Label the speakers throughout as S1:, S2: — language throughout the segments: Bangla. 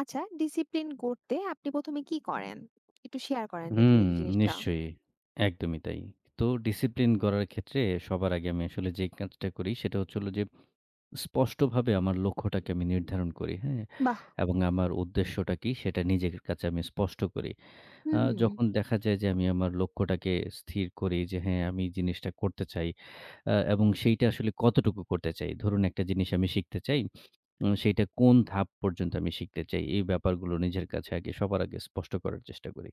S1: আচ্ছা, ডিসিপ্লিন গড়তে আপনি প্রথম এ কি করেন? একটু শেয়ার করেন যদি
S2: হুম,
S1: এই জিনিসটা।
S2: নিশ্চয়ই। একদমই তাই। তো ডিসিপ্লিন গড়ার ক্ষেত্রে সবার আগে আমি আসলে যেই কাজটা করি সেটা হলো যে স্পষ্টভাবে আমার লক্ষ্যটাকে আমি নির্ধারণ করি, হ্যাঁ?
S1: বাহ!
S2: এবং আমার উদ্দেশ্যটা কি সেটা নিজের কাছে আমি স্পষ্ট করি।
S1: হুম।
S2: যখন দেখা যায় যে আমি আমার লক্ষ্যটাকে স্থির করি যে হ্যাঁ, আমি এই জিনিসটা করতে চাই এবং সেইটা আসলে কতটুকু করতে চাই। ধরুন একটা জিনিস আমি শিখতে চাই, সেইটা কোন ধাপ পর্যন্ত আমি শিখতে চাই এই ব্যাপারগুলো নিজের কাছে আগে সবার আগে স্পষ্ট করার চেষ্টা করি।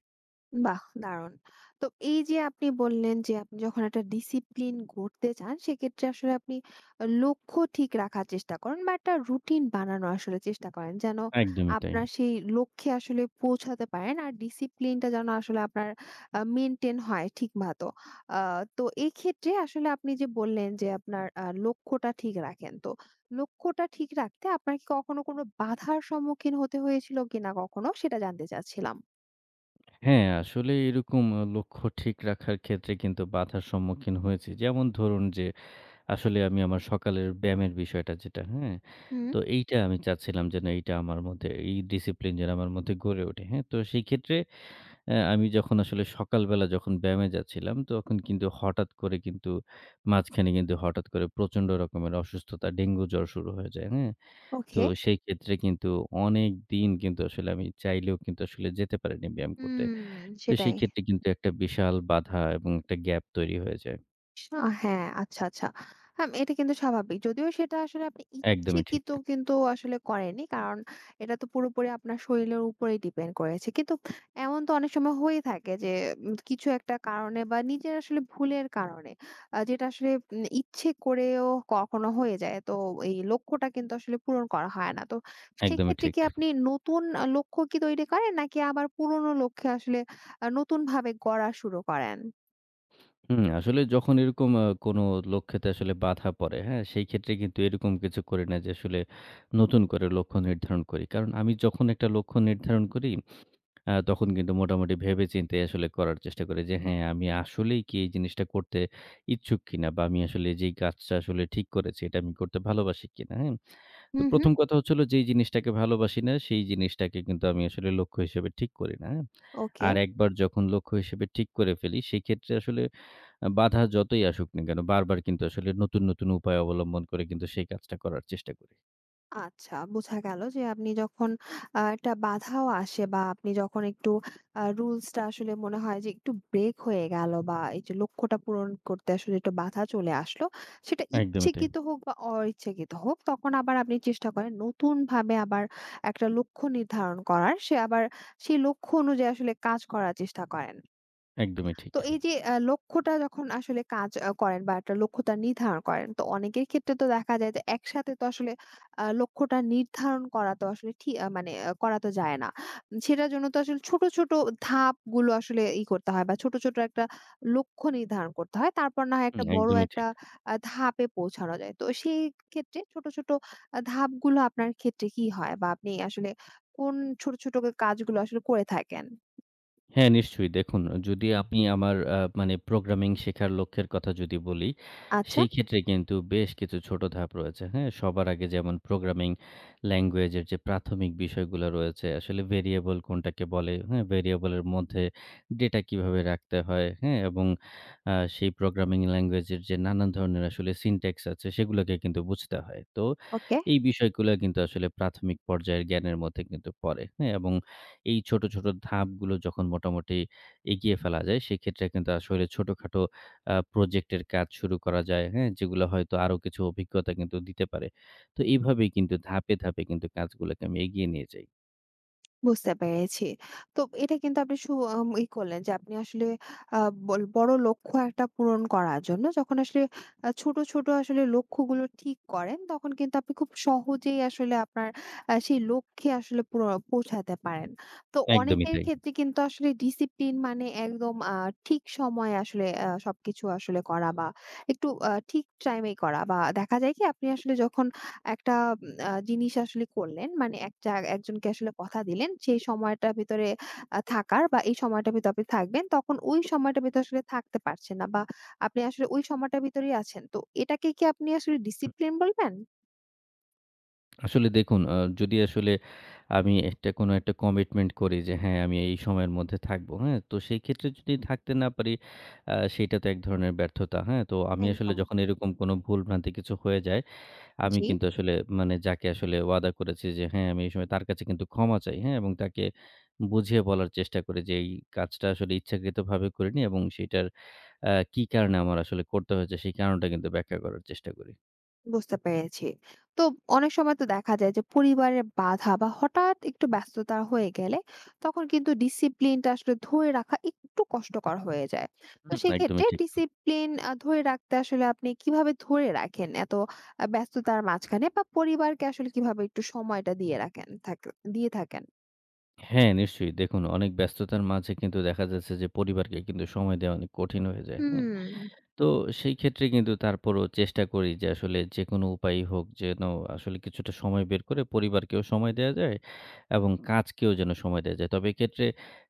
S1: বাহ! দারুণ। তো এই যে আপনি বললেন যে আপনি যখন একটা ডিসিপ্লিন গড়তে চান, সেক্ষেত্রে আসলে আপনি লক্ষ্য ঠিক রাখার চেষ্টা করেন বা একটা রুটিন বানানো আসলে চেষ্টা করেন। যেন
S2: একদমই তাই।
S1: আপনার সেই লক্ষ্যে আসলে পৌঁছাতে পারেন। আর ডিসিপ্লিনটা যেন আসলে আপনার মেইনটেইন হয় ঠিকমতো। আ তো এক্ষেত্রে আসলে আপনি যে বললেন যে আপনার লক্ষ্যটা ঠিক রাখেন। তো লক্ষ্যটা ঠিক রাখতে আপনার কি কখনো কোনো বাধার সম্মুখীন হতে হয়েছিল কিনা কখনো? সেটা জানতে চাচ্ছিলাম।
S2: হ্যাঁ, আসলে এরকম লক্ষ্য ঠিক রাখার ক্ষেত্রে কিন্তু বাধার সম্মুখীন হয়েছি। যেমন ধরুন যে, আসলে আমি আমার সকালের ব্যায়ামের বিষয়টা যেটা, হ্যাঁ?
S1: হুম।
S2: তো এইটা আমি চাচ্ছিলাম যেন এইটা আমার মধ্যে এই ডিসিপ্লিন যেন আমার মধ্যে গড়ে ওঠে, হ্যাঁ? তো সেই ক্ষেত্রে আমি যখন আসলে সকালবেলা যখন ব্যায়ামে যাচ্ছিলাম, তখন কিন্তু হঠাৎ করে কিন্তু মাঝখানে কিন্তু হঠাৎ করে প্রচণ্ড রকমের অসুস্থতা, ডেঙ্গু জ্বর শুরু হয়ে যায়, হ্যাঁ? তো
S1: ওকে।
S2: সেই ক্ষেত্রে কিন্তু অনেকদিন কিন্তু আসলে আমি চাইলেও কিন্তু আসলে যেতে পারিনি ব্যায়াম করতে।
S1: হুম,
S2: তো সেই
S1: সেটাই।
S2: ক্ষেত্রে কিন্তু একটা বিশাল বাধা এবং একটা গ্যাপ তৈরি হয়ে যায়।
S1: আ হ্যাঁ, আচ্ছা, আচ্ছা। হ্যাঁ, এটা কিন্তু স্বাভাবিক। যদিও সেটা আসলে আপনি
S2: একদমই ঠিক,
S1: ইচ্ছাকৃত কিন্তু আসলে করেননি। কারণ এটা তো পুরোপুরি আপনার শরীরের উপরেই ডিপেন্ড করেছে। কিন্তু এমন তো অনেক সময় হয়ে থাকে যে কিছু একটা কারণে বা নিজের আসলে ভুলের কারণে যেটা আসলে ইচ্ছে করেও কখনো হয়ে যায়। তো এই লক্ষ্যটা কিন্তু আসলে পূরণ করা হয় না। তো
S2: একদমই
S1: সেক্ষেত্রে
S2: ঠিক।
S1: কি আপনি নতুন লক্ষ্য কি তৈরি করেন? নাকি আবার পুরনো লক্ষ্যে আসলে নতুনভাবে গড়া শুরু করেন?
S2: হুম, আসলে যখন এরকম কোনো লক্ষ্যেতে আসলে বাধা পড়ে, হ্যাঁ? সেই ক্ষেত্রে কিন্তু এরকম কিছু করি না যে আসলে নতুন করে লক্ষ্য নির্ধারণ করি। কারণ আমি যখন একটা লক্ষ্য নির্ধারণ করি তখন কিন্তু মোটামুটি ভেবেচিন্তে আসলে করার চেষ্টা করি যে, হ্যাঁ, আমি আসলেই কি এই জিনিসটা করতে ইচ্ছুক কিনা? বা আমি আসলে যেই কাজটা আসলে ঠিক করেছি, এটা আমি করতে ভালোবাসি কিনা? হ্যাঁ? তো
S1: হুম, হুম।
S2: ১ম কথা হলো যেই জিনিসটাকে ভালোবাসি না, সেই জিনিসটাকে কিন্তু আমি আসলে লক্ষ্য হিসেবে ঠিক করি না। হ্যাঁ?
S1: ওকে।
S2: আর একবার যখন লক্ষ্য হিসেবে ঠিক করে ফেলি, সেক্ষেত্রে আসলে বাধা যতই আসুক না কেন, বারবার কিন্তু আসলে নতুন, নতুন উপায় অবলম্বন করে কিন্তু সেই কাজটা করার চেষ্টা করি।
S1: আচ্ছা, বোঝা গেল যে আপনি যখন একটা বাধাও আসে বা আপনি যখন একটু রুলসটা আসলে মনে হয় যে একটু ব্রেক হয়ে গেল বা এই যে লক্ষ্যটা পূরণ করতে আসলে একটু বাধা চলে আসলো, সেটা
S2: একদমই তাই।
S1: ইচ্ছাকৃত হোক বা অইচ্ছাকৃত হোক, তখন আবার আপনি চেষ্টা করেন নতুনভাবে আবার একটা লক্ষ্য নির্ধারণ করার। সে আবার সেই লক্ষ্য অনুযায়ী আসলে কাজ করার চেষ্টা করেন।
S2: একদমই ঠিক।
S1: তো এই যে লক্ষ্যটা যখন আসলে কাজ করেন বা একটা লক্ষ্যটা নির্ধারণ করেন, তো অনেকের ক্ষেত্রে তো দেখা যায় যে একসাথে তো আসলে লক্ষ্যটা নির্ধারণ করা তো আসলে ঠি আ মানে করা তো যায় না। সেটার জন্য তো আসলে ছোট, ছোট ধাপগুলো আসলে করতে হয় বা ছোট, ছোট একটা লক্ষ্য নির্ধারণ করতে হয়। তারপর না হয়
S2: হুম,
S1: একটা বড়
S2: একদমই
S1: একটা
S2: ঠিক।
S1: ধাপে পৌঁছানো যায়। তো সেই ক্ষেত্রে ছোট, ছোট ধাপগুলো আপনার ক্ষেত্রে কি হয়? বা আপনি আসলে কোন ছোট, ছোট কাজগুলো আসলে করে থাকেন?
S2: হ্যাঁ, নিশ্চয়ই। দেখুন যদি আমি আমার মানে প্রোগ্রামিং শেখার লক্ষ্যের কথা যদি বলি,
S1: আচ্ছা,
S2: সেই ক্ষেত্রে কিন্তু বেশ কিছু ছোট ধাপ রয়েছে। হ্যাঁ? সবার আগে যেমন প্রোগ্রামিং ল্যাঙ্গুয়েজ এর যে প্রাথমিক বিষয়গুলো রয়েছে, আসলে ভেরিয়েবল কোনটাকে বলে, হ্যাঁ? ভেরিয়েবল এর মধ্যে ডেটা কিভাবে রাখতে হয়, হ্যাঁ? এবং সেই প্রোগ্রামিং ল্যাঙ্গুয়েজ এর যে নানান ধরনের আসলে সিনট্যাক্স আছে সেগুলোকে কিন্তু বুঝতে হয়। তো
S1: ওকে।
S2: এই বিষয়গুলো কিন্তু আসলে প্রাথমিক পর্যায়ের জ্ঞানের মধ্যে কিন্তু পড়ে। হ্যাঁ? এবং এই ছোট, ছোট ধাপগুলো যখন মোটামুটি এগিয়ে ফেলা যায়, সেক্ষেত্রে কিন্তু আসলে ছোটখাটো প্রজেক্টের কাজ শুরু করা যায়, হ্যাঁ? যেগুলো হয়তো আরো কিছু অভিজ্ঞতা কিন্তু দিতে পারে। তো এইভাবেই কিন্তু ধাপে, ধাপে কিন্তু কাজগুলোকে আমি এগিয়ে নিয়ে যাই।
S1: বুঝতে পেরেছি। তো এটা কিন্তু আপনি সু আম ই করলেন যে আপনি আসলে আ বল বড় লক্ষ্য একটা পূরণ করার জন্য যখন আসলে ছোট, ছোট আসলে লক্ষ্যগুলো ঠিক করেন, তখন কিন্তু আপনি খুব সহজেই আসলে আপনার সেই লক্ষ্যে আসলে পৌঁছাতে পারেন। তো
S2: একদমই
S1: অনেকের
S2: তাই।
S1: ক্ষেত্রে কিন্তু আসলে ডিসিপ্লিন মানে একদম ঠিক সময়ে আসলে সবকিছু আসলে করা বা একটু ঠিক টাইমেই করা, বা দেখা যায় কি আপনি আসলে যখন একটা জিনিস আসলে করলেন। মানে একটা একজনকে আসলে কথা দিলেন সেই সময়টার ভিতরে থাকার বা এই সময়টার ভিতরে আপনি থাকবেন। তখন ওই সময়টার ভিতরে আসলে থাকতে পারছেন না, বা আপনি আসলে ওই সময়টার ভিতরেই আছেন। তো এটাকে কি আপনি আসলে ডিসিপ্লিন বলবেন?
S2: আসলে দেখুন, যদি আসলে আমি একটা কোনো একটা কমিটমেন্ট করি যে, হ্যাঁ, আমি এই সময়ের মধ্যে থাকবো, হ্যাঁ? তো সেই ক্ষেত্রে যদি থাকতে না পারি, সেইটা তো এক ধরনের ব্যর্থতা, হ্যাঁ? তো আমি আসলে
S1: একদম।
S2: যখন এরকম কোনো ভুলভ্রান্তি কিছু হয়ে যায় আমি
S1: জি।
S2: কিন্তু আসলে মানে যাকে আসলে ওয়াদা করেছি যে হ্যাঁ, আমি এই সময় তার কাছে কিন্তু ক্ষমা চাই, হ্যাঁ? এবং তাকে বুঝিয়ে বলার চেষ্টা করি যে এই কাজটা আসলে ইচ্ছাকৃতভাবে করিনি এবং সেটার কি কারণে আমার আসলে করতে হয়েছে সেই কারণটা কিন্তু ব্যাখ্যা করার চেষ্টা করি।
S1: বুঝতে পেরেছি। তো অনেক সময় তো দেখা যায় যে পরিবারের বাধা বা হঠাৎ একটু ব্যস্ততা হয়ে গেলে তখন কিন্তু ডিসিপ্লিনটা আসলে ধরে রাখা একটু কষ্টকর হয়ে যায়। তো
S2: হুম,
S1: সেক্ষেত্রে
S2: একদমই ঠিক।
S1: ডিসিপ্লিন ধরে রাখতে আসলে আপনি কিভাবে ধরে রাখেন এত ব্যস্ততার মাঝখানে, বা পরিবারকে আসলে কিভাবে একটু সময়টা দিয়ে থাকেন?
S2: হ্যাঁ, নিশ্চয়ই। দেখুন অনেক ব্যস্ততার মাঝে কিন্তু দেখা যাচ্ছে যে পরিবারকে কিন্তু সময় দেওয়া অনেক কঠিন হয়ে যায়, হ্যাঁ?
S1: হুম।
S2: তো সেই ক্ষেত্রে কিন্তু তারপরও চেষ্টা করি যে আসলে যেকোনো উপায়ই হোক যেন আসলে কিছুটা সময় বের করে পরিবারকেও সময় দেওয়া যায় এবং কাজকেও যেন সময় দেওয়া যায়। তবে এক্ষেত্রে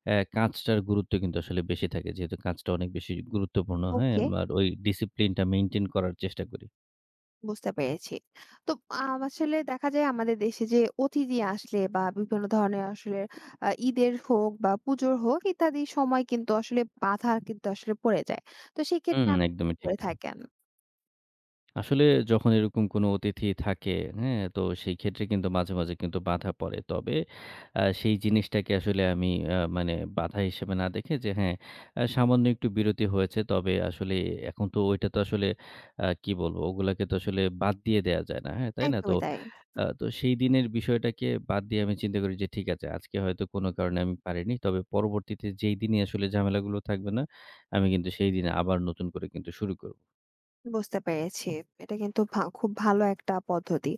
S2: কাজটার গুরুত্ব কিন্তু আসলে বেশি থাকে। যেহেতু কাজটা অনেক বেশি গুরুত্বপূর্ণ, হ্যাঁ?
S1: ওকে।
S2: আর ওই ডিসিপ্লিনটা মেইনটেইন করার চেষ্টা করি।
S1: বুঝতে পেরেছি। তো আসলে দেখা যায় আমাদের দেশে যে অতিথি আসলে বা বিভিন্ন ধরনের আসলে ঈদের হোক বা পুজোর হোক ইত্যাদি সময় কিন্তু আসলে বাধা কিন্তু আসলে পড়ে যায়। তো সেক্ষেত্রে
S2: হুম,
S1: আপনি কি
S2: একদমই ঠিক।
S1: করে থাকেন?
S2: আসলে যখন এরকম কোনো অতিথি থাকে, হ্যাঁ? তো সেই ক্ষেত্রে কিন্তু মাঝে, মাঝে কিন্তু বাধা পড়ে। তবে সেই জিনিসটাকে আসলে আমি মানে বাধা হিসেবে না দেখে যে হ্যাঁ, সামান্য একটু বিরতি হয়েছে। তবে আসলে এখন তো ওইটা তো আসলে কি বলবো? ওগুলাকে তো আসলে বাদ দিয়ে দেয়া যায় না। হ্যাঁ, তাই না? তো
S1: একদমই তাই।
S2: আ তো সেই দিনের বিষয়টাকে বাদ দিয়ে আমি চিন্তা করি যে ঠিক আছে আজকে হয়তো কোনো কারণে আমি পারিনি। তবে পরবর্তীতে যেই দিনই আসলে ঝামেলাগুলো থাকবে না, আমি কিন্তু সেই দিন আবার নতুন করে কিন্তু শুরু করব।
S1: বুঝতে পেরেছি। এটা কিন্তু খুব ভালো একটা পদ্ধতি।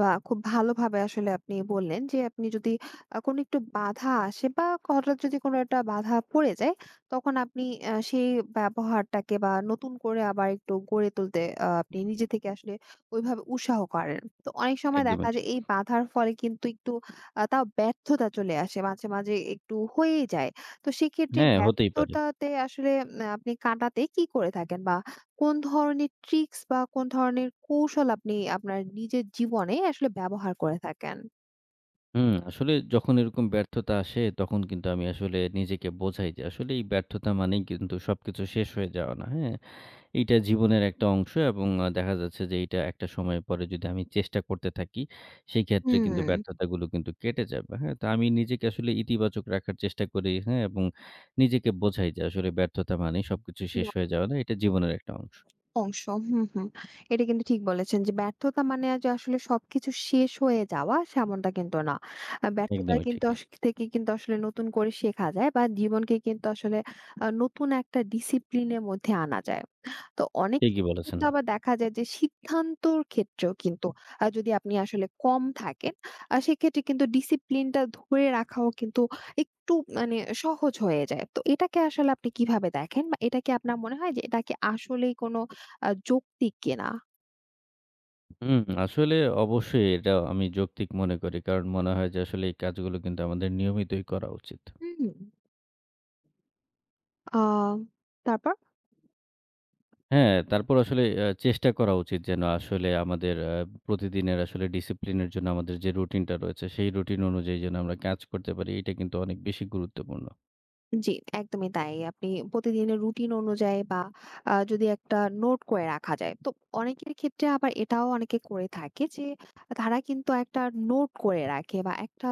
S1: বা খুব ভালোভাবে আসলে আপনি বললেন যে আপনি যদি কোনো একটু বাধা আসে বা হঠাৎ যদি কোনো একটা বাধা পড়ে যায়, তখন আপনি সেই ব্যবহারটাকে বা নতুন করে আবার একটু গড়ে তুলতে আপনি নিজে থেকে আসলে ওইভাবে উৎসাহ করেন। তো অনেক সময় দেখা
S2: একদমই
S1: যায়
S2: ঠিক।
S1: এই বাধার ফলে কিন্তু একটু তাও ব্যর্থতা চলে আসে। মাঝে, মাঝে একটু হয়েই যায়। তো সেক্ষেত্রে
S2: হ্যাঁ, হতেই পারে।
S1: ব্যর্থতাতে আসলে আপনি কাটাতে কি করে থাকেন? বা কোন ধরনের ট্রিক্স বা কোন ধরনের কৌশল আপনি আপনার নিজের জীবনে আসলে ব্যবহার করে থাকেন?
S2: হুম, আসলে যখন এরকম ব্যর্থতা আসে তখন কিন্তু আমি আসলে নিজেকে বোঝাই যে আসলে এই ব্যর্থতা মানেই কিন্তু সবকিছু শেষ হয়ে যাওয়া না। হ্যাঁ? এইটা জীবনের একটা অংশ এবং দেখা যাচ্ছে যে এইটা একটা সময় পরে যদি আমি চেষ্টা করতে থাকি সেই ক্ষেত্রে কিন্তু
S1: হুম,
S2: ব্যর্থতাগুলো কিন্তু কেটে যাবে। হ্যাঁ? তো আমি নিজেকে আসলে ইতিবাচক রাখার চেষ্টা করি। হ্যাঁ? এবং নিজেকে বোঝাই যে আসলে ব্যর্থতা মানেই সবকিছু শেষ
S1: না,
S2: হয়ে যাওয়া না। এটা জীবনের একটা অংশ।
S1: অংশ। হুম, হুম। এটা কিন্তু ঠিক বলেছেন যে ব্যর্থতা মানে যে আসলে সবকিছু শেষ হয়ে যাওয়া সেমনটা কিন্তু না। ব্যর্থতা
S2: একদমই
S1: কিন্তু
S2: ঠিক।
S1: থেকে কিন্তু আসলে নতুন করে শেখা যায় বা জীবনকে কিন্তু আসলে নতুন একটা ডিসিপ্লিন এর মধ্যে আনা যায়। তো অনেক ক্ষেত্রে
S2: ঠিকই বলেছেন।
S1: কিন্তু আবার দেখা যায় যে সিদ্ধান্তর ক্ষেত্রেও কিন্তু যদি আপনি আসলে কম থাকেন, সেক্ষেত্রে কিন্তু ডিসিপ্লিনটা ধরে রাখাও কিন্তু একটু মানে সহজ হয়ে যায়। তো এটাকে আসলে আপনি কিভাবে দেখেন? বা এটা কি আপনার মনে হয় যে এটা কি আসলেই কোনো যৌক্তিক কিনা?
S2: হুম, আসলে অবশ্যই এটা আমি যৌক্তিক মনে করি। কারণ মনে হয় যে আসলে এই কাজগুলো কিন্তু আমাদের নিয়মিতই করা উচিত।
S1: হুম। আ তারপর?
S2: হ্যাঁ, তারপর আসলে চেষ্টা করা উচিত যেন আসলে আমাদের প্রতিদিনের আসলে ডিসিপ্লিনের জন্য আমাদের যে রুটিনটা রয়েছে সেই রুটিন অনুযায়ী যেন আমরা কাজ করতে পারি। এটা কিন্তু অনেক বেশি গুরুত্বপূর্ণ।
S1: জি, একদমই তাই। আপনি প্রতিদিনের রুটিন অনুযায়ী বা যদি একটা নোট করে রাখা যায়। তো অনেকের ক্ষেত্রে আবার এটাও অনেকে করে থাকে যে তারা কিন্তু একটা নোট করে রাখে বা একটা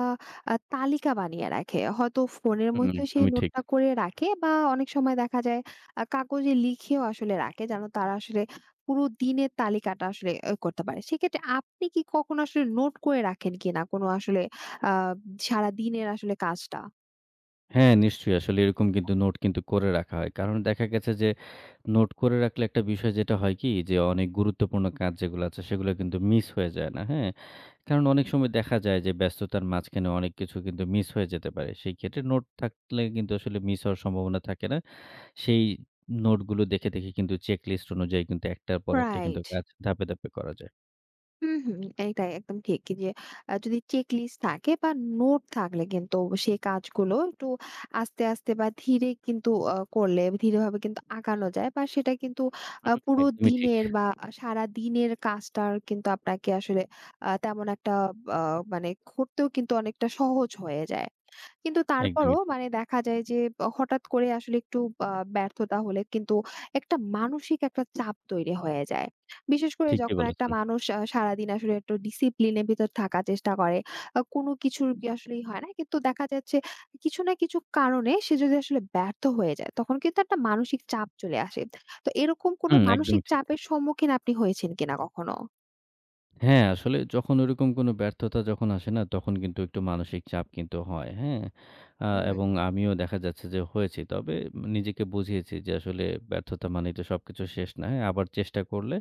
S1: তালিকা বানিয়ে রাখে। হয়তো ফোনের
S2: হুম,
S1: মধ্যে সেই
S2: একদমই ঠিক।
S1: নোটটা করে রাখে, বা অনেক সময় দেখা যায় কাগজে লিখেও আসলে রাখে যেন তারা আসলে পুরো দিনের তালিকাটা আসলে করতে পারে। সেক্ষেত্রে আপনি কি কখনো আসলে নোট করে রাখেন কিনা কোনো আসলে আ সারাদিনের আসলে কাজটা?
S2: হ্যাঁ, নিশ্চয়ই। আসলে এরকম কিন্তু নোট কিন্তু করে রাখা হয়। কারণ দেখা গেছে যে নোট করে রাখলে একটা বিষয় যেটা হয় কি যে অনেক গুরুত্বপূর্ণ কাজ যেগুলো আছে সেগুলো কিন্তু মিস হয়ে যায় না। হ্যাঁ? কারণ অনেক সময় দেখা যায় যে ব্যস্ততার মাঝখানে অনেক কিছু কিন্তু মিস হয়ে যেতে পারে। সেই ক্ষেত্রে নোট থাকলে কিন্তু আসলে মিস হওয়ার সম্ভাবনা থাকে না। সেই নোটগুলো দেখে, দেখে কিন্তু চেক লিস্ট অনুযায়ী কিন্তু একটার পর একটা কিন্তু
S1: রাইট।
S2: কাজ ধাপে, ধাপে করা যায়।
S1: হুম, হুম। এইটাই একদম ঠিক, কি যে যদি চেক লিস্ট থাকে বা নোট থাকলে কিন্তু সে কাজগুলো একটু আস্তে, আস্তে বা ধীরে কিন্তু করলে ধীরেভাবে কিন্তু আগানো যায়, বা সেটা কিন্তু পুরো
S2: একদমই ঠিক,
S1: দিনের বা সারাদিনের কাজটার কিন্তু আপনাকে আসলে তেমন একটা আ মানে করতেও কিন্তু অনেকটা সহজ হয়ে যায়। কিন্তু তারপরও
S2: একদমই ঠিক।
S1: মানে দেখা যায় যে হঠাৎ করে আসলে একটু আ ব্যর্থতা হলে কিন্তু একটা মানসিক একটা চাপ তৈরি হয়ে যায়। বিশেষ করে
S2: ঠিকই
S1: যখন একটা
S2: বলেছেন।
S1: মানুষ সারাদিন আসলে একটু ডিসিপ্লিন এর ভিতর থাকার চেষ্টা করে। কোনো কিছুর কি আসলেই হয় না। কিন্তু দেখা যাচ্ছে কিছু না কিছু কারণে সে যদি আসলে ব্যর্থ হয়ে যায় তখন কিন্তু একটা মানসিক চাপ চলে আসে। তো এরকম কোনো
S2: হুম,
S1: মানসিক
S2: একদমই ঠিক।
S1: চাপের সম্মুখীন আপনি হয়েছেন কিনা কখনো?
S2: হ্যাঁ, আসলে যখন ওরকম কোনো ব্যর্থতা যখন আসে না, তখন কিন্তু একটু মানসিক চাপ কিন্তু হয়, হ্যাঁ?
S1: হুম,
S2: এবং আমিও দেখা যাচ্ছে যে হয়েছি। তবে নিজেকে বুঝিয়েছি যে আসলে ব্যর্থতা মানেই তো সবকিছু শেষ না। হ্যাঁ, আবার চেষ্টা করলে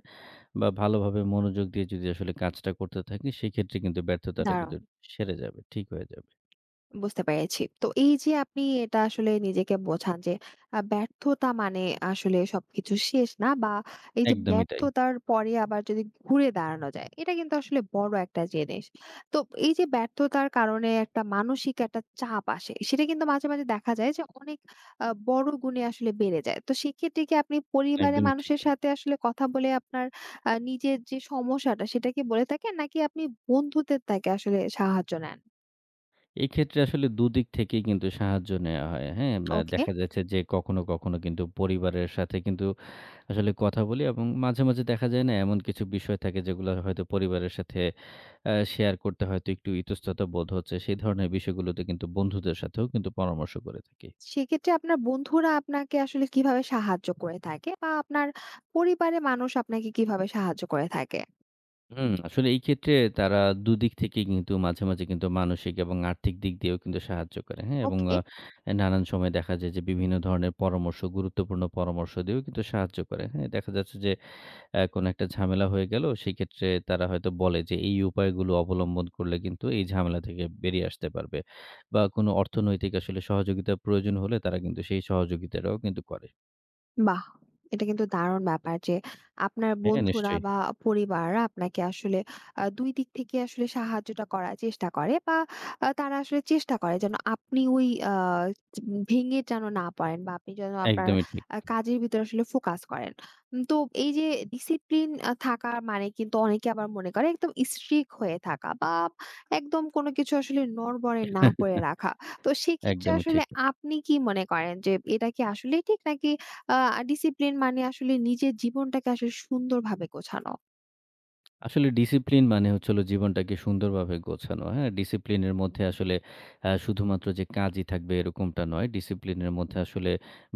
S2: বা ভালোভাবে মনোযোগ দিয়ে যদি আসলে কাজটা করতে থাকি, সেক্ষেত্রে কিন্তু ব্যর্থতাটা কিন্তু
S1: দারুণ।
S2: সেরে যাবে, ঠিক হয়ে যাবে।
S1: বুঝতে পেরেছি। তো এই যে আপনি এটা আসলে নিজেকে বোঝান যে ব্যর্থতা মানে আসলে সবকিছু শেষ না, বা এই যে
S2: একদমই তাই।
S1: ব্যর্থতার পরে আবার যদি ঘুরে দাঁড়ানো যায়, এটা কিন্তু আসলে বড় একটা জিনিস। তো এই যে ব্যর্থতার কারণে একটা মানসিক একটা চাপ আসে, সেটা কিন্তু মাঝে, মাঝে দেখা যায় যে অনেক বড় গুণে আসলে বেড়ে যায়। তো সেক্ষেত্রে কি আপনি পরিবারের
S2: একদমই ঠিক।
S1: মানুষের সাথে আসলে কথা বলে আপনার নিজের যে সমস্যাটা সেটা কি বলে থাকেন? নাকি আপনি বন্ধুদের থেকে আসলে সাহায্য নেন?
S2: এক্ষেত্রে আসলে দুদিক থেকেই কিন্তু সাহায্য নেয়া হয়, হ্যাঁ?
S1: ওকে।
S2: দেখা যাচ্ছে যে কখনো, কখনো কিন্তু পরিবারের সাথে কিন্তু আসলে কথা বলি এবং মাঝে, মাঝে দেখা যায় না এমন কিছু বিষয় থাকে যেগুলো হয়তো পরিবারের সাথে শেয়ার করতে হয়তো একটু ইতস্ততা বোধ হচ্ছে। সেই ধরনের বিষয়গুলোতে কিন্তু বন্ধুদের সাথেও কিন্তু পরামর্শ করে থাকি।
S1: সেক্ষেত্রে আপনার বন্ধুরা আপনাকে আসলে কিভাবে সাহায্য করে থাকে? বা আপনার পরিবারের মানুষ আপনাকে কিভাবে সাহায্য করে থাকে?
S2: হুম, আসলে এই ক্ষেত্রে তারা দুদিক থেকেই কিন্তু মাঝে, মাঝে কিন্তু মানসিক এবং আর্থিক দিক দিয়েও কিন্তু সাহায্য করে। হ্যাঁ? এবং
S1: ওকে।
S2: নানান সময় দেখা যায় যে বিভিন্ন ধরনের পরামর্শ, গুরুত্বপূর্ণ পরামর্শ দিয়েও কিন্তু সাহায্য করে। হ্যাঁ? দেখা যাচ্ছে যে কোনো একটা ঝামেলা হয়ে গেল, সেক্ষেত্রে তারা হয়তো বলে যে, "এই উপায়গুলো অবলম্বন করলে কিন্তু এই ঝামেলা থেকে বেরিয়ে আসতে পারবে।" বা কোনো অর্থনৈতিক আসলে সহযোগিতার প্রয়োজন হলে তারা কিন্তু সেই সহযোগিতাটাও কিন্তু করে।
S1: বাহ! এটা কিন্তু দারুণ ব্যাপার যে আপনার
S2: হ্যাঁ,
S1: বন্ধুরা
S2: নিশ্চয়ই।
S1: বা পরিবার আপনাকে আসলে দুই দিক থেকে আসলে সাহায্যটা করার চেষ্টা করে, বা তারা আসলে চেষ্টা করে যেন আপনি ওই আ ভেঙে যেন না পড়েন, বা আপনি যেন আপনার
S2: একদমই ঠিক।
S1: কাজের ভিতরে আসলে ফোকাস করেন। তো এই যে ডিসিপ্লিন থাকা মানে কিন্তু অনেকে আবার মনে করে একদম স্ট্রিক্ট হয়ে থাকা, বা একদম কোনো কিছু আসলে নড়বড়ে না করে রাখা। তো সেক্ষেত্রে
S2: একদমই
S1: আসলে
S2: ঠিক।
S1: আপনি কি মনে করেন যে এটা কি আসলেই ঠিক, নাকি আ ডিসিপ্লিন মানে আসলে নিজের জীবনটাকে আসলে সুন্দরভাবে গোছানো?
S2: আসলে ডিসিপ্লিন মানে হলো জীবনটাকে সুন্দরভাবে গোছানো। হ্যাঁ? ডিসিপ্লিনের মধ্যে আসলে শুধুমাত্র যে কাজই থাকবে এরকমটা নয়। ডিসিপ্লিনের মধ্যে আসলে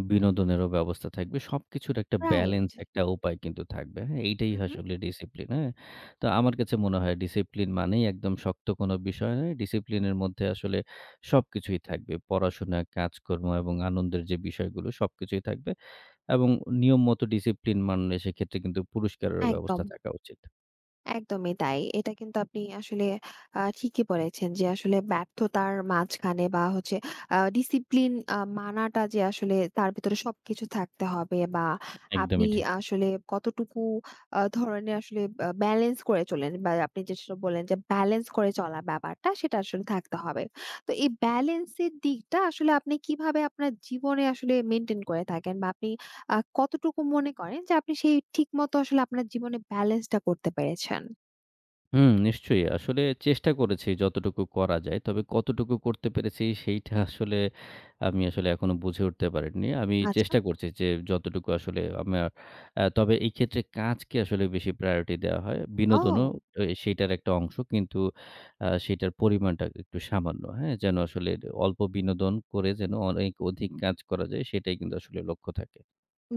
S2: বিনোদনেরও ব্যবস্থা থাকবে। সবকিছুর একটা
S1: রাইট।
S2: ব্যালেন্স একটা উপায় কিন্তু থাকবে। হ্যাঁ? এইটাই
S1: হুম, হুম।
S2: আসলে ডিসিপ্লিন। হ্যাঁ? তো আমার কাছে মনে হয় ডিসিপ্লিন মানেই একদম শক্ত কোনো বিষয় নয়। ডিসিপ্লিনের মধ্যে আসলে সবকিছুই থাকবে। পড়াশোনা, কাজকর্ম এবং আনন্দের যে বিষয়গুলো সবকিছুই থাকবে এবং নিয়ম মতো ডিসিপ্লিন মানলে সেক্ষেত্রে কিন্তু পুরস্কারেরও
S1: একদম।
S2: ব্যবস্থা থাকা উচিত।
S1: একদমই তাই। এটা কিন্তু আপনি আসলে ঠিকই বলেছেন যে আসলে ব্যর্থতার মাঝখানে বা হচ্ছে ডিসিপ্লিন মানাটা যে আসলে তার ভিতরে সবকিছু থাকতে হবে, বা আপনি
S2: একদমই ঠিক।
S1: আসলে কতটুকু ধরনের আসলে ব্যালেন্স করে চলেন, বা আপনি যেটা বললেন যে ব্যালেন্স করে চলা ব্যাপারটা সেটা আসলে থাকতে হবে। তো এই ব্যালেন্সের দিকটা আসলে আপনি কিভাবে আপনার জীবনে আসলে মেইনটেইন করে থাকেন, বা আপনি কতটুকু মনে করেন যে আপনি সেই ঠিকমতো আসলে আপনার জীবনে ব্যালেন্সটা করতে পেরেছেন?
S2: হুম, নিশ্চয়ই। আসলে চেষ্টা করেছি যতটুকু করা যায়। তবে কতটুকু করতে পেরেছি সেইটা আসলে আমি আসলে এখনো বুঝে উঠতে পারিনি। আমি
S1: আচ্ছা।
S2: চেষ্টা করছি যে যতটুকু আসলে আমার তবে এই ক্ষেত্রে কাজকে আসলে বেশি priority দেওয়া হয়। বিনোদনও
S1: ও!
S2: এ সেইটার একটা অংশ। কিন্তু সেইটার পরিমাণটা একটু সামান্য। হ্যাঁ? যেন আসলে অল্প বিনোদন করে যেন অনেক অধিক কাজ করা যায় সেটাই কিন্তু আসলে লক্ষ্য থাকে।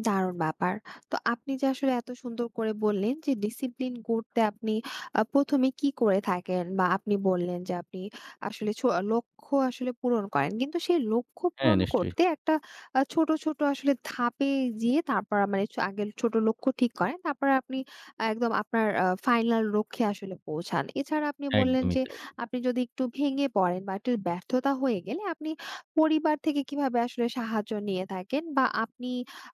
S1: দারুণ ব্যাপার। তো আপনি যে আসলে এত সুন্দর করে বললেন যে ডিসিপ্লিন গড়তে আপনি প্রথম এ কি করে থাকেন, বা আপনি বললেন যে আপনি আসলে লক্ষ্য আসলে পূরণ করেন। কিন্তু সেই লক্ষ্য
S2: হ্যাঁ,
S1: পূরণ
S2: নিশ্চয়ই।
S1: করতে একটা ছোট, ছোট আসলে ধাপে যেয়ে তারপর মানে আগে ছোট লক্ষ্য ঠিক করেন। তারপরে আপনি একদম আপনার ফাইনাল লক্ষ্যে আসলে পৌঁছান। এছাড়া আপনি বললেন
S2: একদমই
S1: যে
S2: তাই।
S1: আপনি যদি একটু ভেঙে পড়েন বা একটু ব্যর্থতা হয়ে গেলে আপনি পরিবার থেকে কিভাবে আসলে সাহায্য নিয়ে থাকেন, বা আপনি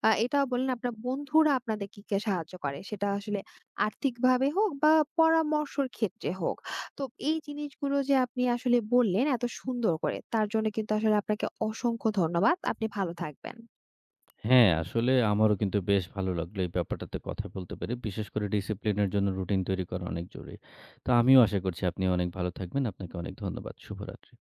S1: এটা বললেন আপনার বন্ধুরা আপনাদের কি, কি সাহায্য করে? সেটা আসলে আর্থিকভাবে হোক বা পরামর্শর ক্ষেত্রে হোক। তো এই জিনিসগুলো যে আপনি আসলে বললেন এত সুন্দর করে, তার জন্য কিন্তু আসলে আপনাকে অসংখ্য ধন্যবাদ। আপনি ভালো থাকবেন।
S2: হ্যাঁ, আসলে আমারও কিন্তু বেশ ভালো লাগলো এই ব্যাপারটাতে কথা বলতে পেরে। বিশেষ করে ডিসিপ্লিনের জন্য রুটিন তৈরি করা অনেক জরুরি। তো আমিও আশা করছি আপনি অনেক ভালো থাকবেন। আপনাকে অনেক ধন্যবাদ। শুভরাত্রি।